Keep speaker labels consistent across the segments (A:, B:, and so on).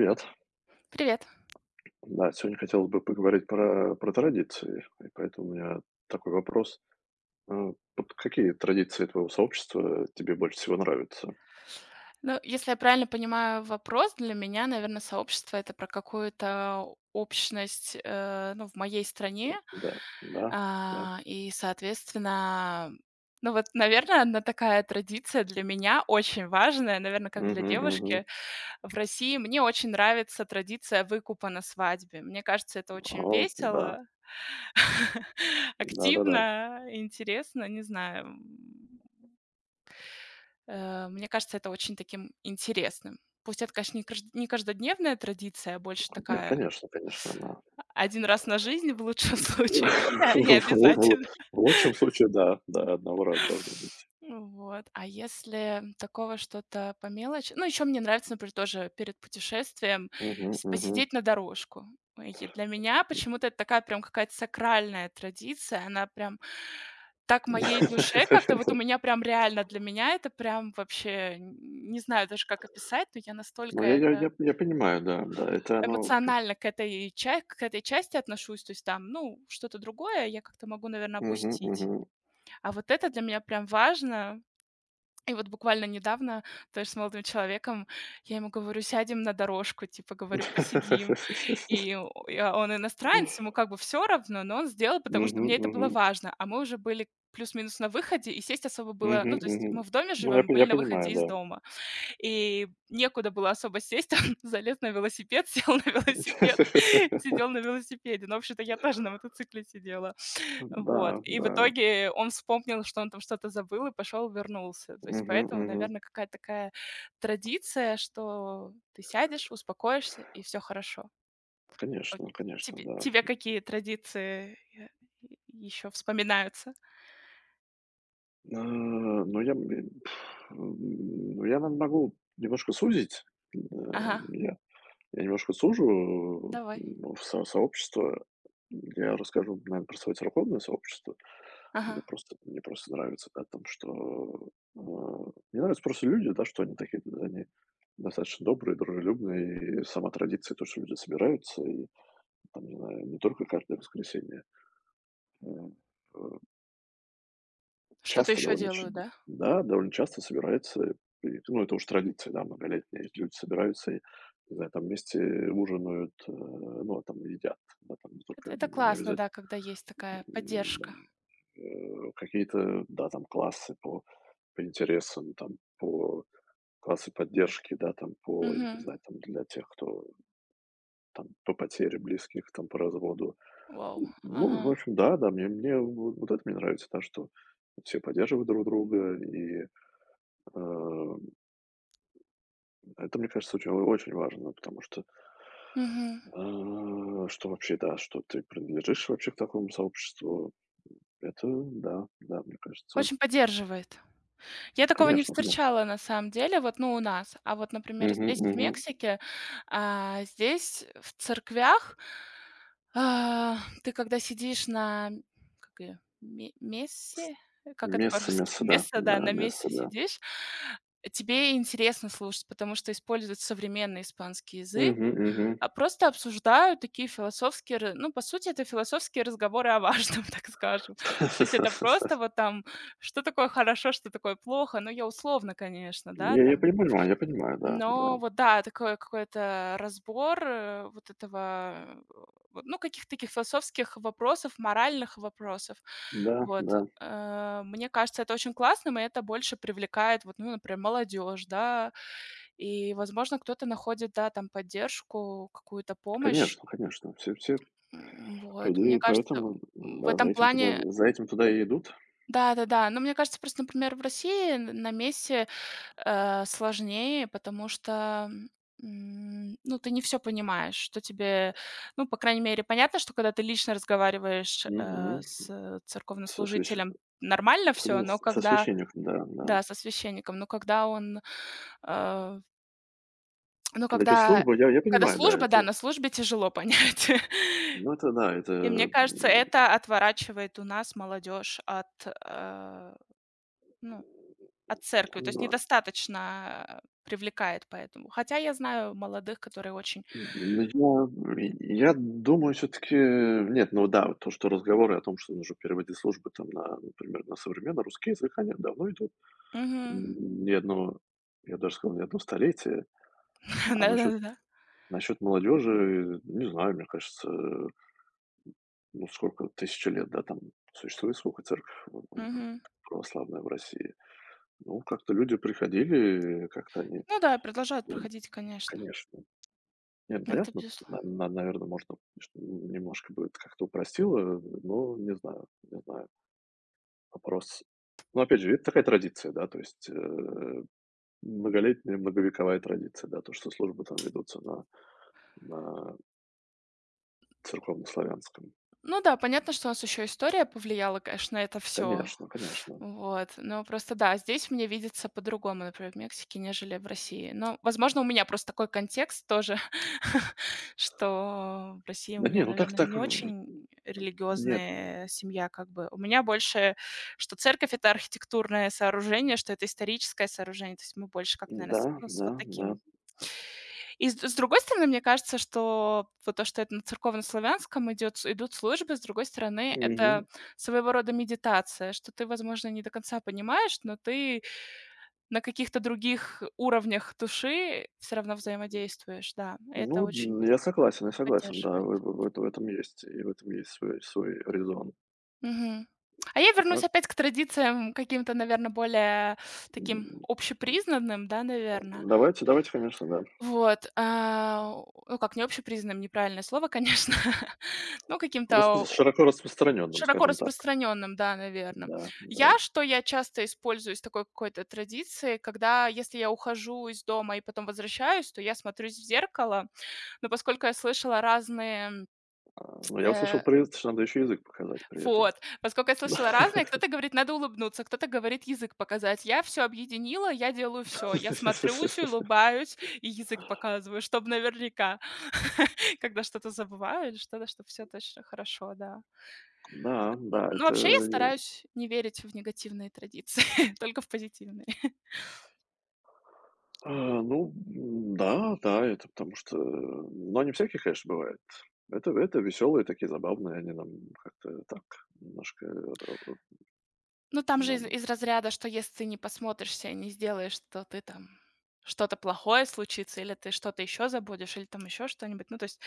A: Привет.
B: Привет.
A: Да, сегодня хотелось бы поговорить про традиции, и поэтому у меня такой вопрос. Э, Вот какие традиции твоего сообщества тебе больше всего нравятся?
B: Ну, если я правильно понимаю вопрос, для меня, наверное, сообщество это про какую-то общность, ну, в моей стране.
A: Да, да, да.
B: А, и, соответственно, ну вот, наверное, одна такая традиция для меня очень важная, наверное, как для
A: Мгм, мгм.
B: девушки. В России мне очень нравится традиция выкупа на свадьбе. Мне кажется, это очень
A: О, да,
B: весело,
A: да, да, да.
B: активно, интересно, не знаю. Мне кажется, это очень таким интересным. Пусть это, конечно, не каждодневная традиция, а больше
A: Не,
B: такая
A: конечно, конечно, да.
B: один раз на жизнь в лучшем случае, хотя не
A: В, лу- в лу-
B: обязательно.
A: в лучшем случае, да, да, одного раза должно быть.
B: Ну вот. А если такого что-то по мелочи? Ну, еще мне нравится, например, тоже перед путешествием
A: Мгм, мгм.
B: посидеть на дорожку. Ой, и для меня почему-то это такая прям какая-то сакральная традиция. Она прям так моей душе как-то вот у меня прям реально для меня это прям вообще не знаю даже как описать, но я
A: Ну,
B: настолько
A: я, я,
B: это
A: я, я понимаю, да, да, это оно.
B: эмоционально к этой, к этой части отношусь, то есть там, ну, что-то другое я как-то могу, наверное,
A: Мгм,
B: опустить.
A: мгм.
B: А вот это для меня прям важно, и вот буквально недавно тоже с молодым человеком, я ему говорю: "Сядем на дорожку", типа, говорю: "Посидим". И о я он иностранец, ему как бы все равно, но он сделал, потому что
A: Мгм,
B: мне это
A: мгм.
B: было важно. А мы уже были плюс-минус на выходе, и сесть особо было
A: Мгм,
B: ну, то есть
A: мгм.
B: мы в доме
A: Ну, я
B: живем,
A: п я
B: были на
A: понимаю,
B: выходе из
A: да.
B: дома. И некуда было особо сесть, он залез на велосипед, сел на велосипед, сидел на велосипеде. Ну, в общем-то, я тоже на мотоцикле сидела.
A: Да,
B: Вот. И в
A: да.
B: итоге он вспомнил, что он там что-то забыл, и пошел, вернулся. То есть
A: Мгм,
B: поэтому,
A: мгм.
B: наверное, какая-то такая традиция, что ты сядешь, успокоишься, и все хорошо. Вот,
A: Конечно, конечно,
B: тебе
A: да.
B: тебе какие традиции, еще вспоминаются?
A: А, но я, ну, я, наверно, могу немножко сузить. Э,
B: Ага,
A: я я немножко сужу,
B: давай.
A: в со сообщество. Я расскажу, наверно, про свое церковное сообщество. Мне
B: Ага.
A: просто мне просто нравится, да, там, что, э, мне нравятся просто люди, да, что они такие, да, они достаточно добрые, дружелюбные. И сама традиция, то, что люди собираются, и там, не знаю, не только каждое воскресенье, э, э,
B: Что-то
A: часто
B: еще
A: довольно ч
B: делаю, да?
A: да, довольно часто собирается, и, ну, это уж традиция, да, многолетняя. Эти люди собираются и, не знаю, там вместе ужинают, ну, а там едят, да, там не только
B: Это
A: не
B: классно,
A: обязательно
B: да, когда есть такая поддержка.
A: какие-то, да, там классы по интересам, там по классы поддержки, да, там по, не
B: Угу.
A: знаю, там для тех, кто там по потере близких, там по разводу.
B: Вау.
A: Ну,
B: Ага.
A: в общем, да, да, мне вот это мне нравится, да, что все поддерживают друг друга, и, э, это, мне кажется, очень очень важно, потому что,
B: Мгм.
A: что вообще, да, что ты принадлежишь вообще к такому сообществу, это да, да, мне кажется,
B: Очень поддерживает. Я такого не
A: конечно, конечно.
B: встречала на самом деле, вот, ну, у нас. А вот, например,
A: Мгм,
B: здесь, в
A: мгм.
B: Мексике, здесь в церквях, а, ты когда сидишь на, как её, ме
A: С
B: мессе? Как это
A: Месса,
B: по-русски?
A: Месса, да,
B: место, да,
A: да,
B: на
A: Месса,
B: мессе
A: да.
B: сидишь, тебе интересно слушать, потому что используют современный испанский язык,
A: Мгм, мгм.
B: а просто обсуждают такие философские ры ну, по сути, это философские разговоры о важном, так скажем. То есть это просто вот там что такое хорошо, что такое плохо? Ну, я условно, конечно, да,
A: Я
B: там.
A: понимаю, я понимаю, да, да.
B: Но вот да, такой какой-то разбор, вот этого, э, вот, ну, каких-то таких философских вопросов, моральных вопросов.
A: Да,
B: Вот.
A: да,
B: Мне кажется, это очень классным, и это больше привлекает, вот, ну, например, молодежь, да. И, возможно, кто-то находит, да, там поддержку, какую-то помощь.
A: конечно, конечно. Все все, по
B: Вот. Мне
A: идее,
B: кажется,
A: поэтому,
B: в
A: да, за
B: этом
A: этим туда
B: плане.
A: за этим туда и идут.
B: Да-да-да. Но мне кажется, просто, например, в России н на месте, сложнее, потому что, ну, ты не все понимаешь, что тебе ну, по крайней мере, понятно, что когда ты лично разговариваешь,
A: Мгм.
B: с
A: Со свящ
B: церковнослужителем, нормально
A: с
B: все.
A: ну,
B: Но
A: с- со
B: когда
A: священником, да, да.
B: да, со священником, но когда он, э, ну,
A: Когда идет
B: когда
A: служба, я
B: когда
A: понимаю, да,
B: служба, да,
A: это,
B: на службе тяжело понять.
A: ну, это да, это,
B: И мне кажется, это отворачивает у нас молодежь от, э, ну от церкви, то есть
A: ну.
B: недостаточно, привлекает поэтому. Хотя я знаю молодых, которые очень.
A: Ну, я думаю, все таки нет, ну да, вот то, что разговоры о том, что нужно переводить службы там на, например, на современный русский язык, они давно идут.
B: Мгм.
A: Не одно, я бы даже сказал, не одно столетие. А
B: Да, да,
A: насчет
B: да.
A: насчет молодежи, не знаю, мне кажется, ну, сколько, тысячи лет, да, там существует сколько церковь в
B: Мгм.
A: в православная в России. Ну, как-то люди приходили, как-то они,
B: Ну да, продолжают
A: ну,
B: проходить, конечно.
A: конечно. Нет,
B: Это
A: понятно.
B: безус
A: На наверно, может, конечно, немножко бы это как-то упростило, но не знаю, не знаю. Вопрос. Ну, опять же, это такая традиция, да, то есть, многолетняя, многовековая традиция, да, то, что службы там ведутся на церковнославянском.
B: Ну да, понятно, что у нас еще история повлияла, конечно, на это все.
A: Конечно, конечно.
B: Вот, но просто да, здесь мне видится по-другому, например, в Мексике, нежели в России. Но, возможно, у меня просто такой контекст тоже, что в России у
A: Да не,
B: меня,
A: ну так
B: наверное,
A: так,
B: не очень
A: нет,
B: религиозная семья как бы. У меня больше, что церковь — это архитектурное сооружение, что это историческое сооружение. То есть мы больше как, наверно, с
A: да,
B: ну, с
A: да,
B: вот
A: да.
B: таким и с другой стороны, мне кажется, что вот то, что это на церковнославянском идет с идут службы, с другой стороны, это
A: Мгм.
B: своего рода медитация, что ты, возможно, не до конца понимаешь, но ты на каких-то других уровнях души все равно взаимодействуешь, да.
A: Ну,
B: Это
A: н
B: очень
A: я согласен, да,
B: поддерживает.
A: в этом есть и в этом есть свой резон.
B: Мгм. А я
A: А так,
B: вернусь опять к традициям каким-то, наверное, более таким
A: м
B: общепризнанным, да, наверное.
A: Давайте, давайте, конечно, да.
B: Вот, ну, как не общепризнанным, неправильное слово, конечно, но каким-то
A: Распро
B: о
A: широко распространенным,
B: широко
A: скажем так.
B: распространенным, да, наверное.
A: Да,
B: Я
A: да.
B: что я часто использую из такой какой-то традиции, когда, если я ухожу из дома и потом возвращаюсь, то я смотрюсь в зеркало, но поскольку я слышала разные,
A: А, но я услышал
B: э
A: привет, что надо еще язык показать при этом.
B: вот, поскольку я слышала разное, кто-то говорит: "Надо улыбнуться", кто-то говорит: "Язык показать". Я все объединила, я делаю все, я смотрюсь, улыбаюсь и язык показываю, чтобы наверняка, когда что-то забываю или что-то, чтобы все точно хорошо, да.
A: Да, да,
B: Ну,
A: это,
B: вообще я стараюсь не верить в негативные традиции, только в позитивные.
A: а, ну да, да, это потому что, но они всякие, конечно, бывают. Это веселые такие, забавные, они нам как-то так немножко ра
B: Ну, там же
A: нам
B: из разряда, что если ты не посмотришься и не сделаешь, то ты там что-то плохое случится, или ты что-то еще забудешь, или там еще что-нибудь. Ну, то есть,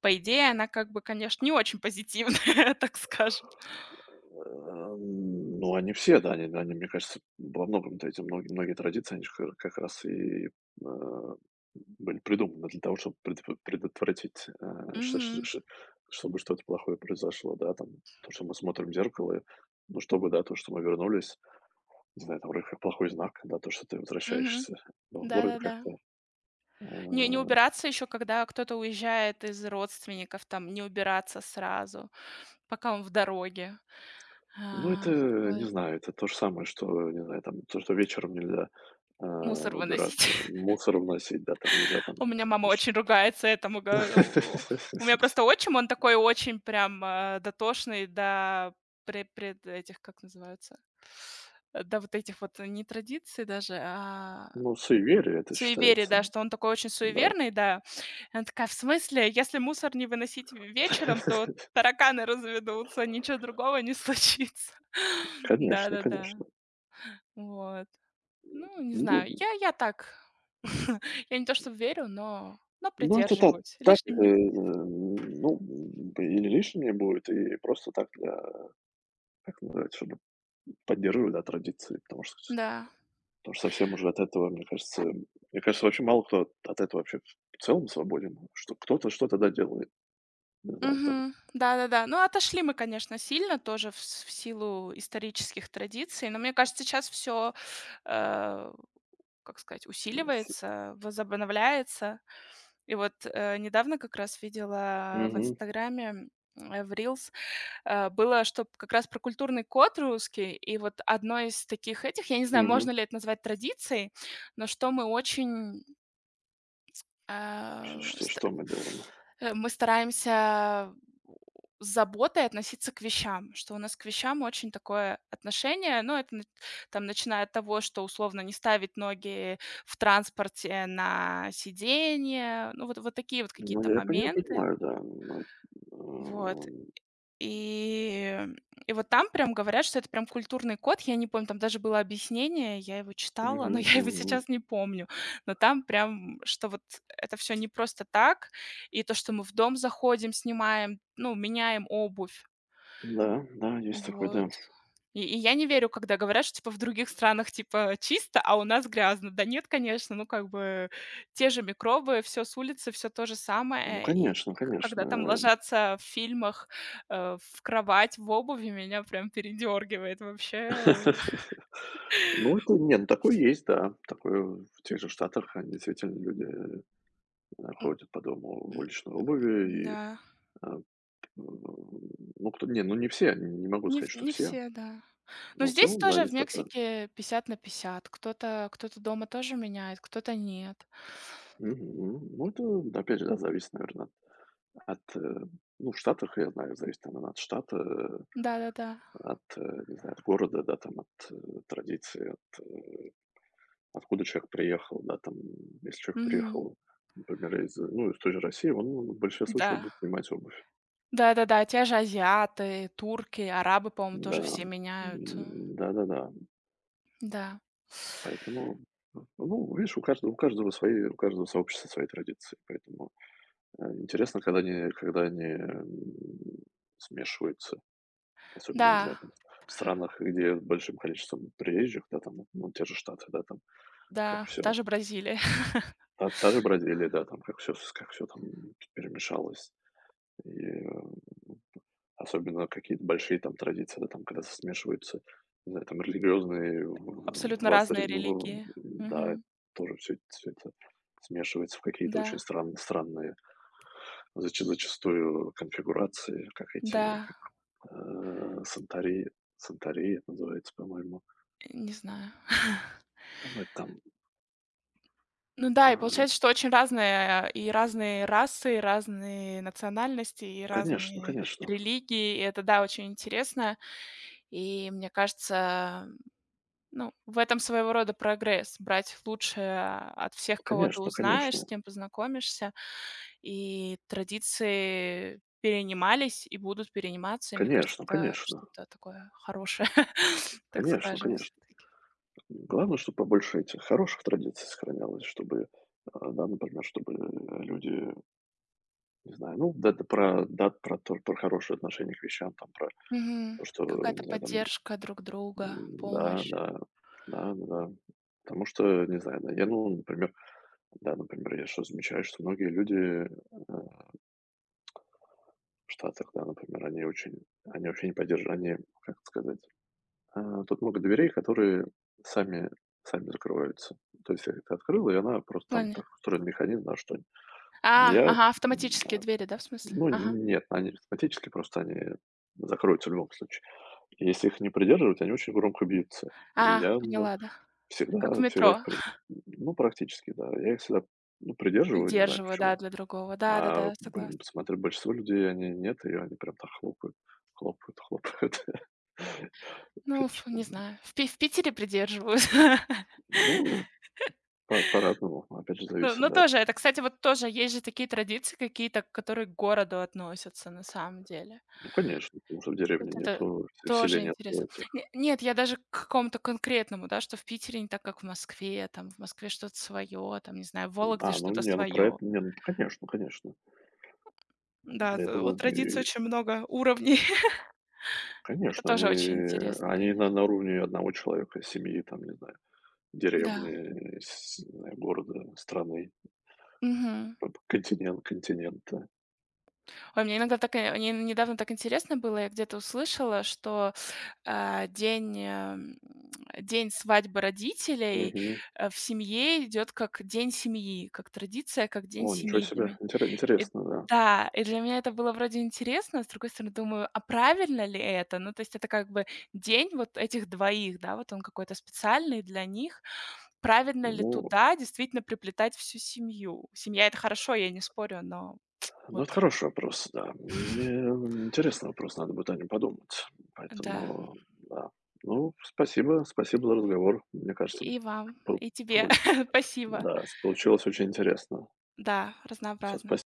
B: по идее, она как бы, конечно, не очень позитивная, так скажем.
A: Ну, они все, да, они, мне кажется, во многом-то эти многие традиции, они же ка как раз и, были придуманы для того, чтобы предп предотвратить, э, ш ш
B: Мгм.
A: ш чтобы что-то плохое произошло, да, там. То, что мы смотрим в зеркало, и, ну, чтобы, да, то, что мы вернулись, не знаю, там вроде как плохой знак, да, то, что ты
B: Мгм.
A: возвращаешься. Ну, вроде
B: Да-да-да.
A: как-то.
B: Не
A: э
B: убираться еще, когда кто-то уезжает из родственников, там не убираться сразу, пока он в дороге.
A: Ну, это,
B: А,
A: не
B: такое
A: знаю, это то же самое, что, не знаю, там, то, что вечером нельзя,
B: мусор выносить.
A: убираться, мусор вносить, да, там нельзя там
B: У меня мама
A: ещё.
B: очень ругается этому. Га у У меня просто отчим, он такой очень прям, дотошный до пред этих, как называются, до вот этих вот не традиций даже, а
A: Ну, суеверие это
B: суеверий,
A: считается,
B: да, что он такой очень
A: да.
B: суеверный, да. И она такая: "В смысле? Если мусор не выносить ве вечером, то тараканы разведутся, ничего другого не случится".
A: Конечно,
B: Да-да-да,
A: конечно.
B: вот. Ну, не
A: Ну
B: знаю, я так. Я не то что верю, но
A: ну, это так,
B: придерживаюсь,
A: так,
B: лишним не будет.
A: ну, или лишнее будет, и просто так для, как называется, чтобы поддерживать, да, традиции, потому что
B: Да.
A: Потому что совсем уже от этого, мне кажется, вообще мало кто от этого вообще в целом свободен. Что кто-то что-то, да, делает. Не знаю, там.
B: Мгм. Да-да-да. Ну, отошли мы, конечно, сильно тоже в силу исторических традиций, но мне кажется, сейчас все, как сказать,
A: Ну с
B: усиливается, возобновляется. И вот, недавно как раз видела в
A: Мгм,
B: "Инстаграме", в Reels, было, что как раз про культурный код русский. И вот одной из таких этих, я не знаю,
A: мгм.
B: можно ли это назвать традицией, но что мы очень
A: Ш
B: а,
A: Что
B: ст
A: что мы делаем?
B: мы стараемся с заботой относиться к вещам, что у нас к вещам очень такое отношение. Ну, это на там, начиная от того, что условно не ставить ноги в транспорте на сиденье. Ну, вот вот такие вот
A: Ну,
B: какие-то
A: я
B: моменты.
A: понимаю, да, но,
B: Вот.
A: эм,
B: И, и вот там прям говорят, что это прям культурный код. Я не помню, там даже было объяснение, я его читала,
A: мгм,
B: но я его
A: мгм.
B: сейчас не помню. Но там прям, что вот это все не просто так, и то, что мы в дом заходим, снимаем, ну, меняем обувь,
A: Да, да, есть такой
B: вот.
A: да.
B: И я не верю, когда говорят, что, типа, в других странах, типа, чисто, а у нас грязно. Да нет, конечно, ну, как бы те же микробы, все с улицы, все то же
A: Ну,
B: самое. И
A: конечно,
B: к когда там
A: конечно.
B: ложатся в фильмах, в кровать, в обуви, меня прям передёргивает вообще.
A: Ну, это не, ну, такое есть, да. Такое в тех же Штатах, они действительно люди,
B: М,
A: ходят по дому в
B: м,
A: уличной обуви и,
B: да.
A: э Ну, кто не, ну не все, не могу
B: Не в
A: сказать, что
B: не
A: все,
B: все, да. Но
A: но в
B: здесь
A: целом, да,
B: тоже в
A: есть такое.
B: Мексике 50 на 50. Кто-то дома тоже меняет, кто-то нет.
A: Мгм. Ну, это, да, опять же, да, зависит, наверное, от, от, э, ну, в Штатах, я знаю, зависит, наверное, от штата,
B: Да-да-да.
A: от, не знаю, от города, да, там, от традиции, от, откуда человек приехал, да, там, если человек
B: Мгм.
A: приехал, например, из той же России, он в большинстве случаев
B: Да.
A: будет снимать обувь.
B: Да-да-да, те же азиаты, турки, арабы, по-моему,
A: Да,
B: тоже все меняют.
A: Да-да-да,
B: Да.
A: поэтому, ну, видишь, у каждого свои, у каждого сообщества свои традиции, поэтому. Интересно, когда они, смешиваются, особенно, не знаю,
B: Да,
A: там, в странах, где с большим количеством приезжих, да, там, ну, те же Штаты, да, там, как
B: да, та
A: все,
B: же Бразилия.
A: та же Бразилия, да, там, как все там перемешалось. И, особенно какие-то большие там традиции, да, там, когда смешиваются, не знаю, там, религиозные в
B: Абсолютно
A: воззр
B: разные
A: ну,
B: религии.
A: да,
B: Мгм.
A: тоже все всё это смешивается в какие-то
B: Да,
A: очень странные, зачастую конфигурации, как эти.
B: да,
A: Э, Сантори Сантори это называется, по-моему.
B: не знаю.
A: А, ну, это там,
B: Ну да, и
A: ну,
B: получается, что очень разные, и разные расы, и разные национальности, и
A: конечно,
B: разные
A: конечно,
B: религии. И это, да, очень интересно. И мне кажется. Ну, в этом своего рода прогресс: брать лучшее от всех, кого ты
A: конечно,
B: узнаешь, с
A: конечно,
B: кем познакомишься. И традиции перенимались и будут перениматься. И мне кажется,
A: конечно,
B: это
A: конечно,
B: что-то такое хорошее, так
A: конечно,
B: скажем, все
A: конечно.
B: таки.
A: Главное, чтобы побольше этих хороших традиций сохранялось, чтобы, да, например, чтобы, люди, не знаю, ну, да, да, про то, про хорошее отношение к вещам, там, про
B: Мгм.
A: то, что, не
B: Какая-то
A: знаю, там,
B: поддержка друг друга,
A: да,
B: помощь.
A: да, да, ну да. Потому что, не знаю, да, я, ну, например, да, например, я что замечаю, что многие люди, э в Штатах, да, например, они вообще не поддерживают. Они, как это сказать, тут много дверей, которые сами сами закрываются. То есть я это открыл, и она просто
B: В
A: там
B: плане.
A: так устроен механизм, да, что
B: А,
A: я,
B: ага, автоматические двери, да, в смысле?
A: ну,
B: Ага.
A: нет, они автоматически просто они закроются в любом случае. И если их не придерживать, они очень громко бьются. И
B: А,
A: я, ну,
B: поняла, да. Как в
A: всегда
B: метро.
A: их при ну, практически, да, я их всегда, ну, придерживаю, не знаю
B: Придерживаю, да,
A: почему.
B: для другого.
A: А,
B: Да-да-да,
A: блин,
B: согласна.
A: смотрю, большинство людей, они нет, и они прям так хлопают, хлопают, хлопают.
B: Ну, ф
A: Конечно,
B: не знаю. В Пи в Питере придерживаюсь.
A: ну, по по-разному, опять же,
B: Ну
A: зависит,
B: ну,
A: да.
B: тоже, это, кстати, вот тоже есть же такие традиции какие-то, которые к городу относятся на самом деле.
A: Ну, конечно, потому что в
B: Вот
A: деревне
B: это
A: нету, в селе
B: тоже
A: нету
B: интересно.
A: этих.
B: Не нет, я даже к какому-то конкретному, да, что в Питере не так, как в Москве, там, в Москве что-то свое, там, не знаю, в Вологде
A: А, ну,
B: что-то
A: не, ну, про
B: свое.
A: это, не, ну, конечно, конечно.
B: Да,
A: Да, я
B: т у
A: думаю,
B: традиций
A: и
B: очень много уровней. Это
A: конечно,
B: тоже
A: они
B: очень интересно,
A: они на
B: конечно.
A: на уровне одного человека, семьи, там, не знаю,
B: Да.
A: деревни, с не знаю, города, страны,
B: Мгм.
A: континента.
B: Ой, мне иногда так, не недавно так интересно было, я где-то услышала, что а, день, эм, день свадьбы родителей,
A: Мгм.
B: в семье идет как день семьи, как традиция, как день
A: О, ничего
B: семьи для
A: себе,
B: ме И
A: интересно, да.
B: да, и для меня это было вроде интересно, а с другой стороны, думаю, а правильно ли это? Ну, то есть это как бы день вот этих двоих, да, вот он какой-то специальный для них. Правильно ли
A: Ну
B: туда действительно приплетать всю семью? Семья — это хорошо, я не спорю, но
A: Ну,
B: вот.
A: это хороший вопрос, да. Мне интересный вопрос, надо будет о нем подумать.
B: Да.
A: Поэтому, да. Ну, спасибо, спасибо за разговор. Мне кажется,
B: И вам,
A: пол
B: и тебе
A: получ
B: спасибо.
A: да, получилось очень интересно.
B: Да,
A: Всё,
B: разнообразно.
A: спасибо.